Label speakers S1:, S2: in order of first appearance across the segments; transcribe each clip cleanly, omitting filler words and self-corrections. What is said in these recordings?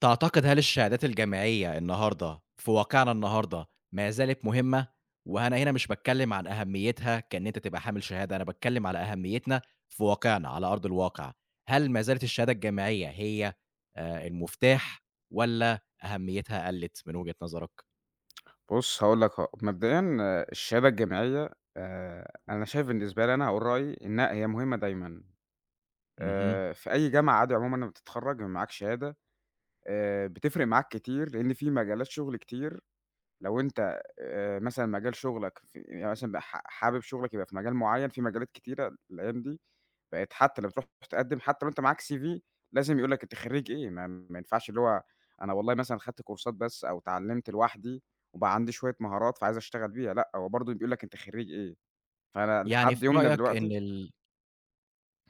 S1: تعتقد هل الشهادات الجامعية النهارده في واقعنا النهارده ما زالت مهمة؟ وأنا هنا مش باتكلم عن أهميتها كإن أنت تبقى حامل شهادة، أنا باتكلم على أهميتنا في واقعنا على أرض الواقع. هل ما زالت الشهادة الجامعية هي المفتاح والّا أهميتها قلت من وجهة نظرك؟
S2: بُص هاقول لك أهو، مبدئيًا الشهادة الجامعية أنا شايف بالنسبة لي أنا هاقول رأيي إنها هي مهمة دايمًا.
S1: اهم.
S2: في أي جامعة عادي عمومًا لمّا بتتخرّج ويبقى معاك شهادة بتفرق معاك كتير لإن في مجالات شغل كتير. لو أنت مثلًا مجال شغلك في يعني مثلًا بقى حابب شغلك يبقى في مجال معيّن، في مجالات كتيرة الأيام دي بقت. حتى لمّا بتروح تقدّم حتى لو أنت معاك CV لازم يقول لك أنت خرّيج إيه، ما ينفعش اللي هو أنا والله مثلًا خدت كورسات بس أو اتعلّمت لوحدي وبقى عندي شوية مهارات فعايز أشتغل بيها. لأ، هو برضه بيقول لك أنت خرّيج إيه، فأنا
S1: يعني
S2: لحد
S1: في
S2: يومنا
S1: رأيك إن
S2: دلوقتي.
S1: ال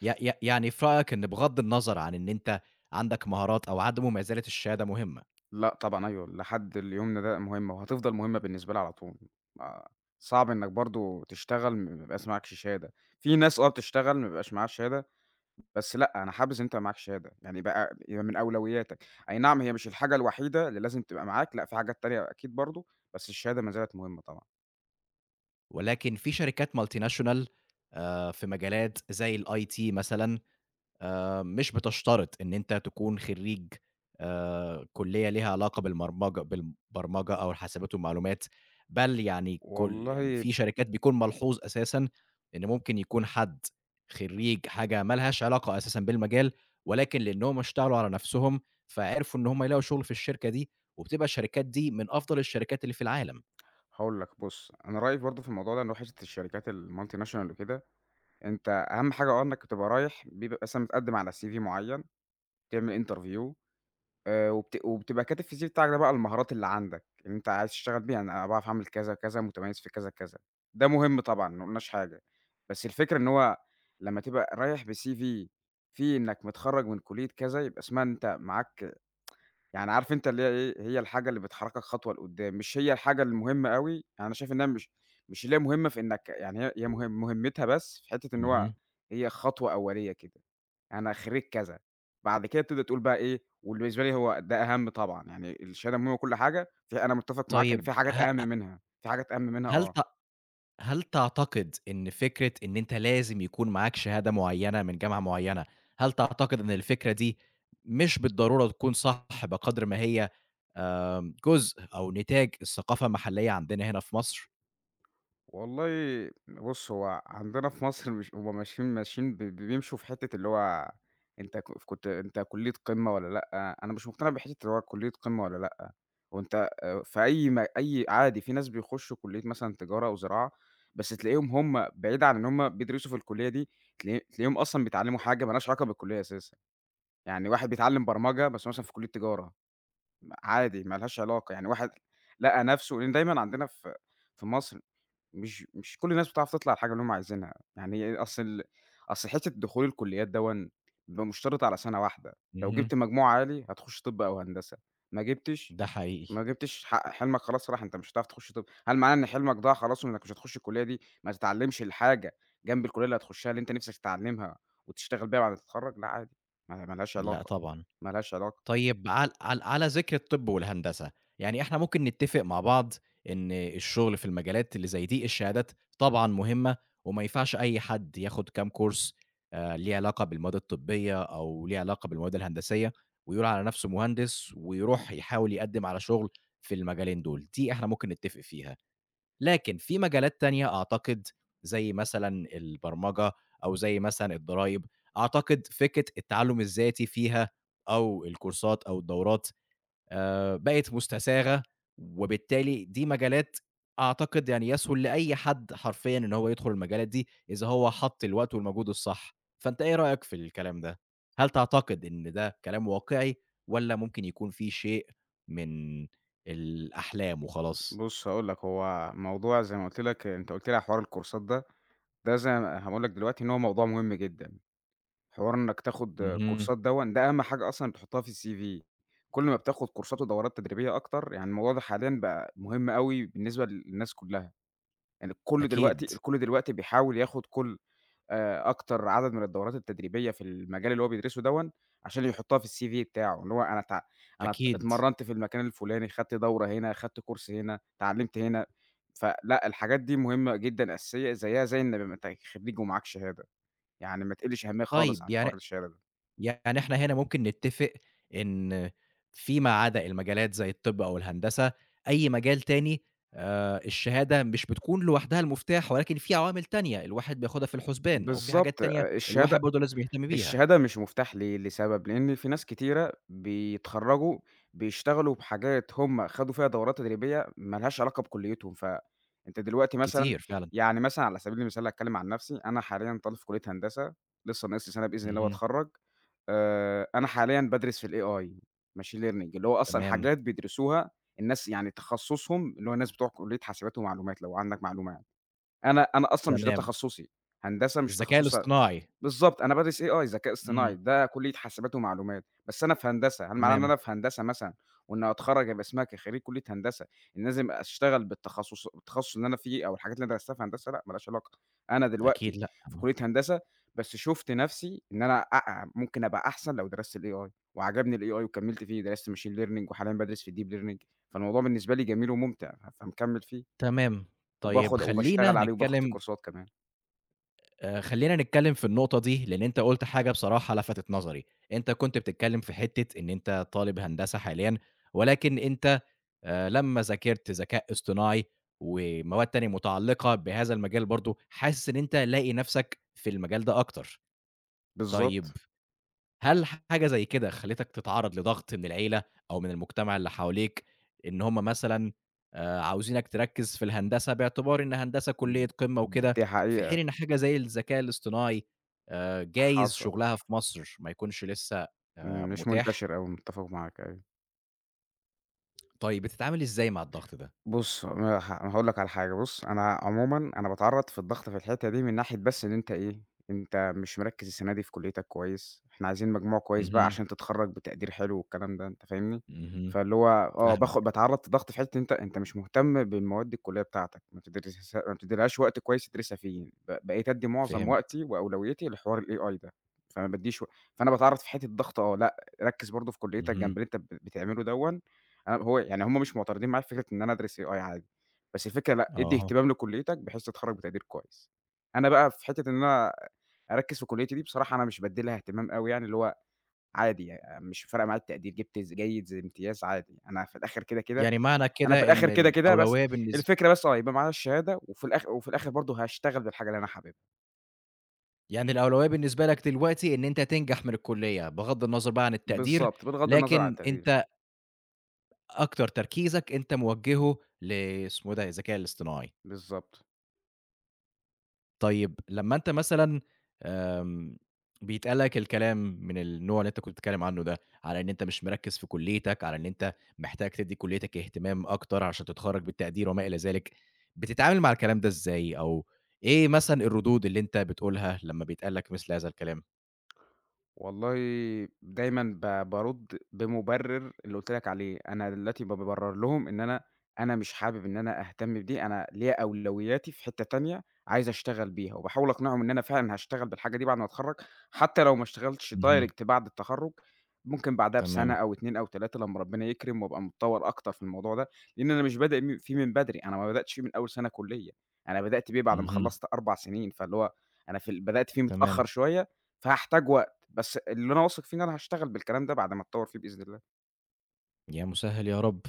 S1: ي ي يعني في رأيك إن بغض النظر عن إن أنت عندك مهارات أو عدمه ما زالت الشهادة مهمة؟
S2: لأ طبعًا، أيوه، لحد يومنا ده مهمة وهتفضل مهمة بالنسبة لي على طول، ما صعب إنّك برضه تشتغل ما بيبقاش معاك شهادة. في ناس آه بتشتغل ما بيبقاش معاها شهادة، بس لأ، أنا حابذ إن أنت معاك شهادة، يعني بقى يبقى من أولوياتك. أي نعم، هي مش الحاجة الوحيدة اللي لازم تبقى معاك، لأ في حاجات تانية أكيد برضه، بس الشهادة ما زالت مهمة طبعًا.
S1: ولكن في شركات multinational، في مجالات زي الIT مثلًا، مش بتشترط إن أنت تكون خرّيج كُلّية ليها علاقة بالمرمجة بالبرمجة أو الحاسبات والمعلومات، بل يعني يعني
S2: والله
S1: في شركات بيكون ملحوظ أساسًا إن ممكن يكون حد خرّيج حاجة ما لهاش علاقة أساسًا بالمجال، ولكن لإنّهم اشتغلوا على نَفْسهم، فعرفوا إن هم يلاقوا شُغل في الشركة دي، وبتبقى الشركات دي من أفضل الشركات اللي في العالم.
S2: هاقول لك بُص، أنا رأيي برضه في الموضوع ده إن هو حتة الشركات الMulti National وكده، أنت أهم حاجة آه إنك بتبقى رايح بيبقى مثلًا بتقدّم على CV معيّن، تعمل interview. وبتبقى كاتب في الCV بتاعك ده بقى المهارات اللي عندك، اللي أنت عايز تشتغل بيها. أنا باعرف أعمل كذا، كذا، متميز في كذا، كذا. ده مهم طبعًا، ما قلناش حاجة، بس الفكرة إن هو لمّا تبقى رايح بCV فيه إنك متخرّج من كلية كذا، يبقى اسمها إن أنت معاك، يعني عارف أنت اللي هي إيه، هي الحاجة اللي بتحرّكك خطوة لقدّام، مش هي الحاجة المهمة أوي. يعني أنا شايف إنها مش اللي هي مهمة في إنك، يعني هي مهمتها بس في حتّة إن هو
S1: اهم.
S2: هي خطوة أولية كده. يعني أنا خريج كذا، بعد كده تبدأ تقول بقى إيه، واللي بالنسبة لي هو ده أهَم طبعًا. يعني الشهادة مهمة وكل حاجة، ف أنا متّفق معاك إن
S1: طيب
S2: في حاجات أهَم منها، في حاجات أهَم منها
S1: هل
S2: آه.
S1: هل تعتقد إن فكرة إن أنت لازم يكون معاك شهادة معيّنة من جامعة معيّنة، هل تعتقد إن الفكرة دي مش بالضرورة تكون صح بقدر ما هي، جزء أو نتاج الثقافة المحلية عندنا هنا في مصر؟
S2: والله بُص، هو عندنا في مصر مش هم ماشيين ماشيين بيمشوا في حتّة اللي هو أنت كنت أنت كُلّية قمة والّا لأ. أنا مش مقتنع بحتّة اللي هو كُلّية قمة والّا لأ، وأنت في أي أي عادي في ناس بيخشوا كُلّية مثلًا تجارة أو زراعة، بس تلاقيهم هم بعيد عن إن هم بيدرسوا في الكُلّية دي، تلاقيهم أصلًا بيتعلّموا حاجة ما لهاش علاقة بالكُلّية أساسًا. يعني واحد بيتعلّم برمجة بس مثلًا في كُلّية تجارة، عادي ما لهاش علاقة. يعني واحد لقى نَفْسه لإن دايمًا عندنا في في مصر مش كل الناس بتعرف تطلع الحاجة اللي هم عايزينها. يعني أصل حتّة دخول الكليات دوًا بيبقى مشترط على سنة واحدة. لو
S1: اهم.
S2: جِبت مجموع عالي هتخش طِب أو هندسة، ما جِبتش
S1: ده حقيقي.
S2: ما جِبتش حلمك خلاص راح. أنت مش هتعرف تخش طِب، هل معناه إن حلمك ضاع خلاص وإنك مش هتخش الكلية دي ما تتعلّمش الحاجة جنب الكلية اللي هتخشها اللي أنت نِفْسك تتعلّمها وتشتغل بيها بعد ما تتخرّج؟ لأ عادي، ما لهاش
S1: لأ
S2: علاقة،
S1: طبعًا.
S2: ما لهاش علاقة.
S1: طيب عل عل على ذكر الطب والهندسة، يعني إحنا ممكن نتّفق مع بعض إن الشغل في المجالات اللي زي دي الشهادات طبعًا مهمة، وما ينفعش أي حد ياخد كام كورس ليه علاقة بالمواد الطبية أو ليه علاقة بالمواد الهندسية، ويقول على نفسه مهندس ويروح يحاول يقدّم على شغل في المجالين دول، دي إحنا ممكن نتّفق فيها. لكن في مجالات تانية أعتقد زي مثلًا البرمجة أو زي مثلًا الضرايب، أعتقد فكرة التعلُّم الذاتي فيها أو الكورسات أو الدورات بقت مُستساغة، وبالتالي دي مجالات أعتقد يعني يسهل لأي حد حرفيًا إن هو يدخُل المجالات دي إذا هو حَط الوقت والمجهود الصح. فأنت إيه رأيك في الكلام ده؟ هل تعتقد إن ده كلام واقعي والّا ممكن يكون في شيء من الأحلام وخلاص؟
S2: بُص هاقول لك، هو موضوع زي ما قُلت لك أنت قُلت لي على حوار الكورسات ده، ده زي هاقول لك دلوقتي إن هو موضوع مهم جدًا. حوار إنك تاخد
S1: اهم.
S2: كورسات دوًّا، ده أهم حاجة أصلًا تحطها في الCV. كل ما بتاخد كورسات ودورات تدريبية أكتر، يعني الموضوع ده حاليًا بقى مهم أوي بالنسبة للناس كلّها. يعني
S1: أكيد.
S2: الكل دلوقتي بيحاول ياخد كل أكتر عدد من الدورات التدريبية في المجال اللي هو بيدرسه دوًّا، عشان يحطها في الCV بتاعه، اللي هو أنا ات
S1: أكيد.
S2: اتمرنت في المكان الفلاني، خدت دورة هنا، خدت كورس هنا، اتعلمت هنا. فلأ الحاجات دي مهمة جدًا أساسية زيها زي إن ما أنت خريج ومعاك شهادة. يعني ما تقلّش أهمية خالص
S1: طيب
S2: عن حوار
S1: يعني
S2: الشهادة ده.
S1: يعني إحنا هنا ممكن نتّفق إن فيما عدا المجالات زي الطِب أو الهندسة، أي مجال تاني الشهادة مش بتكون لوحدها المفتاح ولكن في عوامل تانية الواحد بياخدها في الحُسبان أو في حاجات
S2: بالضبط،
S1: تانية الواحد برضه لازم يهتم بيها.
S2: الشهادة مش مفتاح ليه، لسبب لإن في ناس كتيرة بيتخرّجوا بيشتغلوا بحاجات هم خدوا فيها دورات تدريبية ما لهاش علاقة بكُلّيتهم، فأنت دلوقتي مثلًا
S1: كتير فعلًا.
S2: يعني مثلًا على سبيل المثال هاتكلّم عن نَفْسي. أنا حاليًا طالب في كُلّية هندسة، لسه ناقص لي سَنة بإذن الله
S1: اهم.
S2: وأتخرّج. أنا حاليًا بادرس في الAI machine learning اللي هو أصلًا
S1: تمام،
S2: حاجات بيدرسوها الناس، يعني تخصُّصهم اللي هو الناس بتوع كُلّية حاسبات ومعلومات لو عندك معلومة يعني. أنا أصلًا مش ده
S1: تمام.
S2: تخصُّصي، هندسة مش
S1: الذكاء
S2: تخصُّصها.
S1: الاصطناعي.
S2: بالضبط، أنا بادرس AI ذكاء اصطناعي،
S1: إمم.
S2: ده كُلّية حاسبات ومعلومات، بس أنا في هندسة، هل معناه إن
S1: تمام.
S2: أنا في هندسة مثلًا وإن هاتخرّج هيبقى اسمها كخريج كُلّية هندسة إن لازم أشتغل التخصص اللي أنا فيه أو الحاجات اللي أنا درستها في هندسة؟ لأ ما لهاش علاقة. أنا دلوقتي
S1: أكيد لأ.
S2: في كُلّية هندسة، بس شُفت نَفْسي إن أنا ممكن أبقى أحسن لو درست الAI وعجبني الAI وكمّلت فيه، درست machine learning وحاليًا بادرس في الdeep learning فالموضوع بالنسبة لي جميل وممتع، فمكمّل فيه
S1: تمام. طيب
S2: وباخُد
S1: خلّينا
S2: وباشتغل عليه وباخُد فيه
S1: نتكلّم
S2: كورسات كمان.
S1: آآ، خلّينا نتكلّم في النقطة دي، لإن أنت قُلت حاجة بصراحة لفتت نظري. أنت كنت بتتكلّم في حتّة إن أنت طالب هندسة حاليًا، ولكن أنت لمّا ذاكرت ذكاء اصطناعي ومواد تانية متعلّقة بهذا المجال برضه، حاسس إن أنت لاقي نَفْسك في المجال ده أكتر.
S2: بالضبط،
S1: طيب هل حاجة زي كده خلّتك تتعرّض لضغط من العيلة أو من المجتمع اللي حواليك، إن هم مثلًا عاوزينك تركّز في الهندسة باعتبار إن هندسة كلية قمة
S2: د
S1: وكده،
S2: دي
S1: في
S2: حقيقة.
S1: حين إن حاجة زي الذكاء الاصطناعي جايز
S2: حصل،
S1: شغلها في مصر ما يكونش لسه
S2: مش
S1: متاح.
S2: منتشر أوي، متّفق معاك، أيوه.
S1: طيب بتتعامل إزاي مع الضغط ده؟
S2: بُص، ما ه هاقول لك على حاجة. بُص أنا عمومًا أنا باتعرّض في الضغط في الحتّة دي من ناحية بس إن أنت إيه، أنت مش مركّز السنة دي في كُلّيتك كويس، إحنا عايزين مجموع كويس بقى
S1: اهم.
S2: عشان تتخرّج بتقدير حلو والكلام ده. أنت فاهمني؟
S1: اهم.
S2: فاللي هو آه،
S1: فاهمك.
S2: باتعرّض لضغط في حتّة أنت مش مهتم بالمواد الكُلّية بتاعتك، ما بتدرسس ما بتدّيلهاش وقت كويس تدرسها فيه. بقيت أدّي معظم
S1: فهمت.
S2: وقتي وأولويتي لحوار الAI ده، فما بادّيش و فأنا باتعرّض في حتّة ضغط آه، لأ. ركّز برضه في كُلّيتك
S1: اهم.
S2: جنب اللي أنت بتعمله دَوًّا. أنا هو يعني هم مش معترضين معايا في فكرة إن أنا أدرس AI عادي، بس الفكرة لأ، ادّي
S1: أها.
S2: اهتمام لكُلّيتك بحيث تتخرّج بتقدير كويس. أنا بقى في حتّة إن أنا أركّز في كُلّيتي دي بصراحة أنا مش بادّي لها اهتمام أوي يعني. اللي هو عادي، مش فارقة معايا التقدير، جِبت جيد زي امتياز عادي. أنا في الآخر كده، كده
S1: يعني معنى
S2: أنا في
S1: كده إن
S2: الآخر كده، كده بس
S1: الأولوية بالنس
S2: الفكرة بس آه، يبقى معايا الشهادة وفي الآخ وفي الآخر برضه هاشتغل بالحاجة اللي أنا حاببها.
S1: يعني الأولوية بالنسبة لك دلوقتي إن أنت تنجح من الكلية، بغض النظر بقى عن التقدير،
S2: بالضبط، بغض النظر عن
S1: لكن
S2: التقدير،
S1: أنت أكتر تركيزك أنت موجّهه اسمه إيه ده، الذكاء الاصطناعي.
S2: بالضبط.
S1: طيب لمّا أنت مثلًا آمم، بيتقال لك الكلام من النوع اللي أنت كنت بتتكلم عنه ده، على إن أنت مش مركّز في كليتك، على إن أنت محتاج تدّي كليتك اهتمام أكتر عشان تتخرّج بالتقدير وما إلى ذلك، بتتعامل مع الكلام ده إزاي، أو إيه مثلًا الردود اللي أنت بتقولها لمّا بيتقال لك مثل هذا الكلام؟
S2: والله دايمًا بارُد بمُبرِّر اللي قُلت لك عليه. أنا دلوقتي بابرّر لهم إن أنا مش حابب إن أنا أهتم بدي. أنا ليّا أولوياتي في حتّة تانية عايز أشتغل بيها، وباحاول أقنعهم إن أنا فعلًا هاشتغل بالحاجة دي بعد ما أتخرّج، حتى لو ما اشتغلتش
S1: اهم.
S2: direct بعد التخرُّج. ممكن بعدها بسَنة
S1: تمام.
S2: أو 2 أو 3 لمّا ربنا يكرم وأبقى متطوّر أكتر في الموضوع ده، لإن أنا مش بادئ فيه من بدري. أنا ما بدأتش فيه من أول سَنة كُلّية، أنا بدأت بيه بعد ما
S1: اهم.
S2: خلّصت 4 سِنين، فاللي هو أنا في بدأت فيه متأخّر
S1: تمام.
S2: شوية. فهاحتاجه، بس اللي أنا واثق فيه إن أنا هاشتغل بالكلام ده بعد ما أتطوّر فيه بإذن الله.
S1: يا مسهِّل يا رب.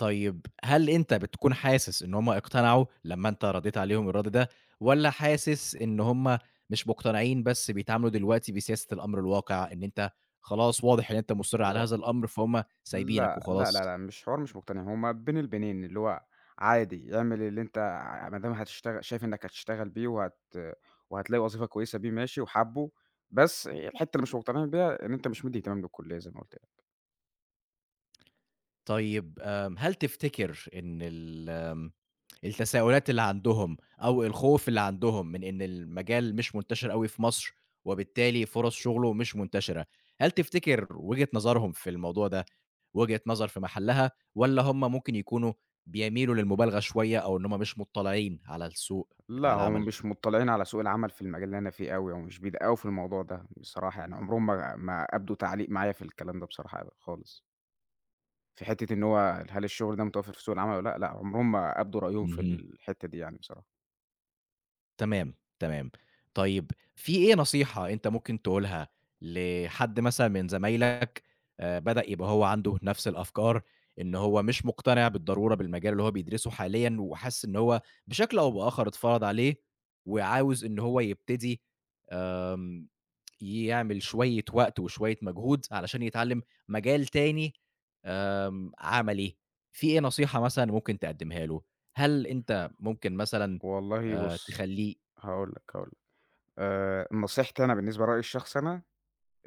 S1: طيب هل أنت بتكون حاسس إن هم اقتنعوا لمّا أنت ردّيت عليهم الرَد ده، والّا حاسس إن هم مش مقتنعين بس بيتعاملوا دلوقتي بسياسة الأمر الواقع، إن أنت خلاص واضح إن أنت مُصِر على
S2: هو
S1: هذا الأمر فهُم سايبينك
S2: لأ، لأ، لأ،
S1: وخلاص؟
S2: لأ، مش حوار مش مقتنع، هو ما بين البينين، اللي هو عادي اعمل اللي أنت ما دام هتشتغل شايف إنّك هتشتغل بيه وهتلاقي وظيفة كويسة بيه ماشي وحابّه، بس الحتّة اللي مش مقتنعين بيها إن أنت مش مدّي اهتمام للكلية زي ما قُلت لك.
S1: طيب هل تفتكر إن ال آمم التساؤلات اللي عندهم أو الخوف اللي عندهم من إن المجال مش منتشر أوي في مصر، وبالتالي فرص شغله مش منتشرة، هل تفتكر وجهة نظرهم في الموضوع ده وجهة نظر في محلها، والّا هم ممكن يكونوا بيميلوا للمبالغة شوية أو إن هم مش مطلعين على السوق
S2: لأ،
S1: بتاع
S2: هُم
S1: العمل؟
S2: مش مطّلعين على سوق العمل في المجال اللي أنا فيه أوي، هم مش بيدقّقوا في الموضوع ده بصراحة يعني. عمرهم ما أبدوا تعليق معايا في الكلام ده بصراحة أبدًا خالص. في حتّة إن هو هل الشغل ده متوفّر في سوق العمل والّا لأ؟ لأ عمرهم ما أبدوا رأيهم في
S1: اهم.
S2: الحتّة دي يعني بصراحة.
S1: تمام، تمام. طيب في إيه نصيحة أنت ممكن تقولها لحد مثلًا من زمايلك بدأ يبقى هو عنده نفس الأفكار، إن هو مش مقتنع بالضرورة بالمجال اللي هو بيدرسه حاليًا وحاسس إن هو بشكل أو بآخر اتفرض عليه وعاوز إن هو يبتدي آمم يعمل شوية وقت وشوية مجهود علشان يتعلم مجال تاني عملي. في إيه نصيحة مثلًا ممكن تقدمها له؟ هل أنت ممكن مثلًا
S2: والله بُص،
S1: تخليه.
S2: هاقول لك، نصيحتي أنا بالنسبة لرأيي الشخصي أنا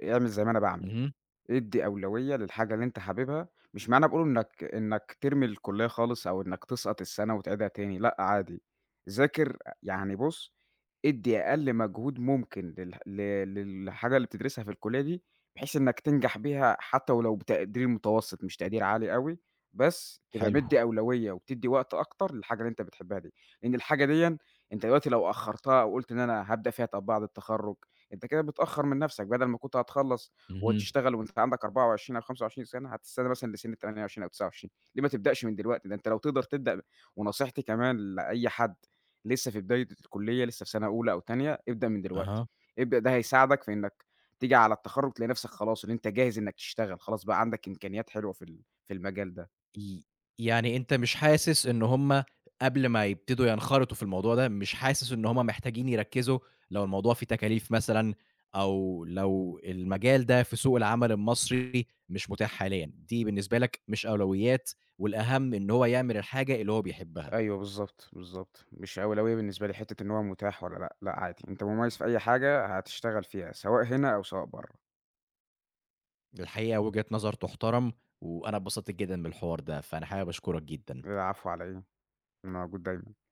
S2: اعمل زي ما أنا باعمل.
S1: اهم.
S2: ادّي أولوية للحاجة اللي أنت حاببها، مش معنى باقول إنك ترمي الكلية خالص أو إنك تسقط السنة وتعيدها تاني، لأ عادي. ذاكر، يعني بُص، ادّي أقل مجهود ممكن للحاجة اللي بتدرسها في الكلية دي، بحيث إنك تنجح بيها حتى ولو بتقدير متوسط مش تقدير عالي أوي، بس تبقى
S1: حلو.
S2: مدّي أولوية وبتدّي وقت أكتر للحاجة اللي أنت بتحبها دي. لإن الحاجة ديًا أنت دلوقتي لو أخرتها أو قُلت إن أنا هابدأ فيها طب بعد التخرج أنت كده بتأخّر من نَفْسك. بدل ما كنت هتخلّص
S1: اهم.
S2: وتشتغل وأنت عندك 24 أو 25 سَنة، هتستنى مثلًا لسِن الـ28 أو 29. ليه ما تبدأش من دلوقتي؟ ده أنت لو تقدر تبدأ. ونصيحتي كمان لأي حد لسه في بداية الكُلّية، لسه في سَنة أولى أو تانية، ابدأ من دلوقتي.
S1: أها.
S2: ابدأ، ده هيساعدك في إنّك تيجي على التخرُّج تلاقي نَفْسك خلاص إن أنت جاهز إنّك تشتغل، خلاص بقى عندك إمكانيات حلوة في في المجال ده.
S1: ي يعني أنت مش حاسس إن هُم قبل ما يبتدوا ينخرطوا في الموضوع ده، مش حاسس إن هُم محتاجين يركّزوا لو الموضوع فيه تكاليف مثلًا أو لو المجال ده في سوق العمل المصري مش متاح حاليًا، دي بالنسبة لك مش أولويات والأهم إن هو يعمل الحاجة اللي هو بيحبها.
S2: أيوه بالضبط، بالضبط. مش أولوية بالنسبة لي حتّة إن هو متاح والّا لأ، لأ عادي. أنت مُميّز في أي حاجة هتشتغل فيها، سواء هنا أو سواء برّه.
S1: الحقيقة وجهة نظر تُحترم، وأنا اتبسطت جدًا بالحوار ده، فأنا حابب أشكرك جدًا.
S2: العفو على إيه، أنا موجود دايمًا.